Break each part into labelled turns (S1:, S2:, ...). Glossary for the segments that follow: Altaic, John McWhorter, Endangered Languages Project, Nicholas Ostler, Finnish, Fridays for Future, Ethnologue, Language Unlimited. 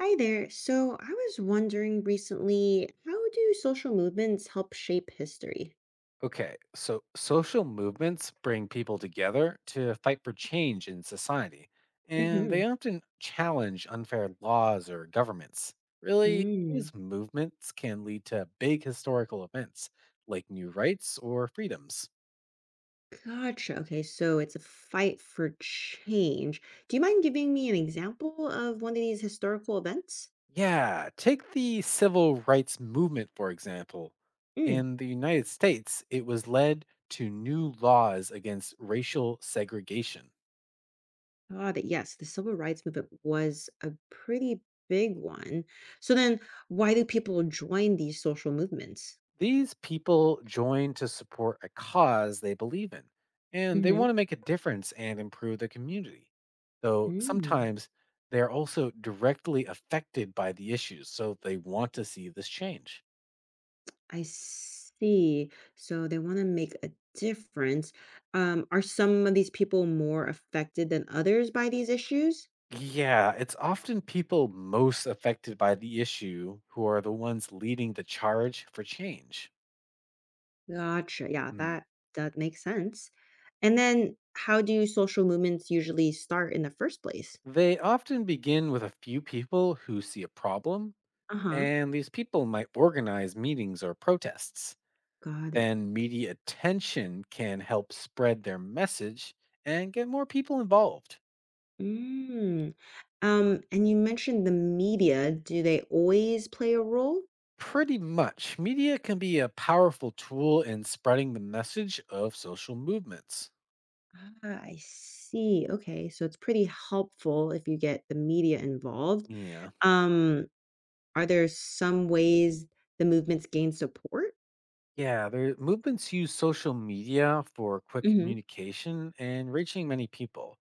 S1: Hi there. So I was wondering recently, how do social movements help shape history?
S2: Okay, so social movements bring people together to fight for change in society, and
S1: Mm-hmm.
S2: they often challenge unfair laws or governments. Really, these
S1: Mm.
S2: movements can lead to big historical events like new rights or freedoms.
S1: Gotcha. Okay, so it's a fight for change. Do you mind giving me an example of one of these historical events?
S2: Yeah, take the civil rights movement, for example.
S1: Mm.
S2: In the United States, it was led to new laws against racial segregation.
S1: Got it. Yes, the civil rights movement was a pretty big one. So then, why do people join these social movements?
S2: These people join to support a cause they believe in, and they want to make a difference and improve the community. Though
S1: Mm-hmm.
S2: sometimes they are also directly affected by the issues, so they want to see this change.
S1: I see. So they want to make a difference. Are some of these people more affected than others by these issues?
S2: Yeah, it's often people most affected by the issue who are the ones leading the charge for change.
S1: Gotcha. Yeah,
S2: Hmm.
S1: that makes sense. And then how do social movements usually start in the first place?
S2: They often begin with a few people who see a problem,
S1: Uh-huh.
S2: and these people might organize meetings or protests.
S1: Got it.
S2: Then media attention can help spread their message and get more people involved.
S1: Mm. And you mentioned the media. Do they always play a role?
S2: Pretty much, media can be a powerful tool in spreading the message of social movements.
S1: Ah, I see. Okay. So it's pretty helpful if you get the media involved.
S2: Yeah.
S1: Um, Are there some ways the movements gain support?
S2: Yeah, the movements use social media for quick
S1: Mhm.
S2: communication and reaching many people.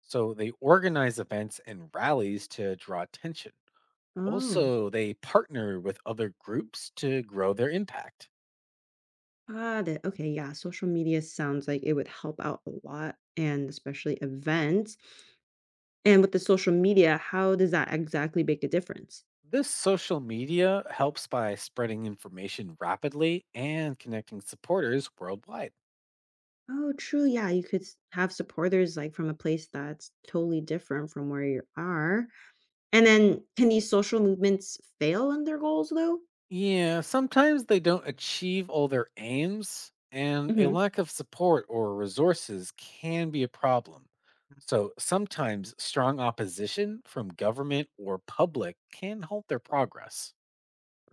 S2: So they organize events and rallies to draw attention.
S1: Oh,
S2: Also, they partner with other groups to grow their impact.
S1: got it. Okay, yeah. Social media sounds like it would help out a lot and especially events. And with the social media, how does that exactly make a difference?
S2: This social media helps by spreading information rapidly and connecting supporters worldwide.
S1: Oh, true. Yeah, you could have supporters like from a place that's totally different from where you are. And then can these social movements fail in their goals though?
S2: Yeah, sometimes they don't achieve all their aims, and a
S1: Mhm.
S2: lack of support or resources can be a problem. So sometimes strong opposition from government or public can halt their progress.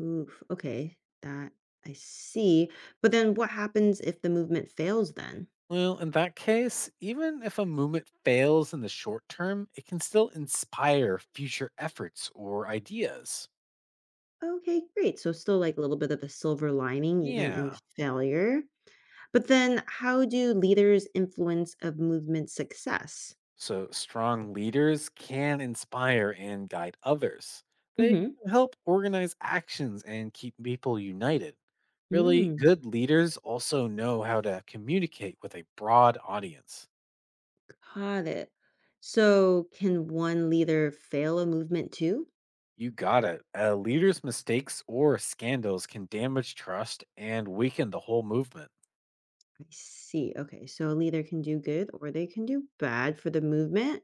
S1: Oof. Okay, that I see. But then what happens if the movement fails then?
S2: Well, in that case, even if a movement fails in the short term, it can still inspire future efforts or ideas.
S1: Okay, great. So still like a little bit of a silver lining even in
S2: Yeah.
S1: failure. But then how do leaders influence of movement success?
S2: So, strong leaders can inspire and guide others. They
S1: Hmm.
S2: help organize actions and keep people united. Really
S1: Mm,
S2: good leaders also know how to communicate with a broad audience.
S1: got it. So can one leader fail a movement too?
S2: You got it. A leader's mistakes or scandals can damage trust and weaken the whole movement.
S1: I see. Okay, so a leader can do good or they can do bad for the movement.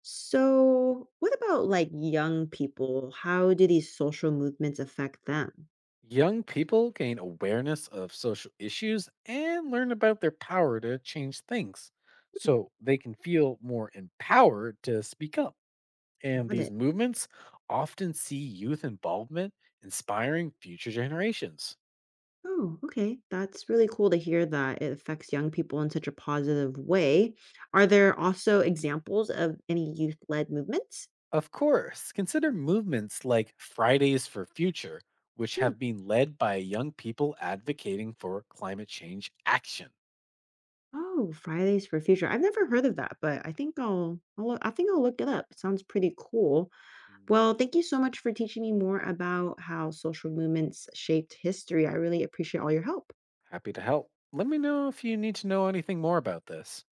S1: So what about like young people? How do these social movements affect them?
S2: Young people gain awareness of social issues and learn about their power to change things
S1: Hmm.
S2: so they can feel more empowered to speak up. And
S1: Got
S2: these
S1: it.
S2: movements often see youth involvement inspiring future generations.
S1: Oh, okay. That's really cool to hear that it affects young people in such a positive way. Are there also examples of any youth-led movements?
S2: Of course, consider movements like Fridays for Future, which
S1: Hmm.
S2: have been led by young people advocating for climate change action.
S1: Oh, Fridays for Future. I've never heard of that, but I think I'll look it up. It sounds pretty cool.
S2: Mm.
S1: Well, thank you so much for teaching me more about how social movements shaped history. I really appreciate all your help.
S2: Happy to help. Let me know if you need to know anything more about this.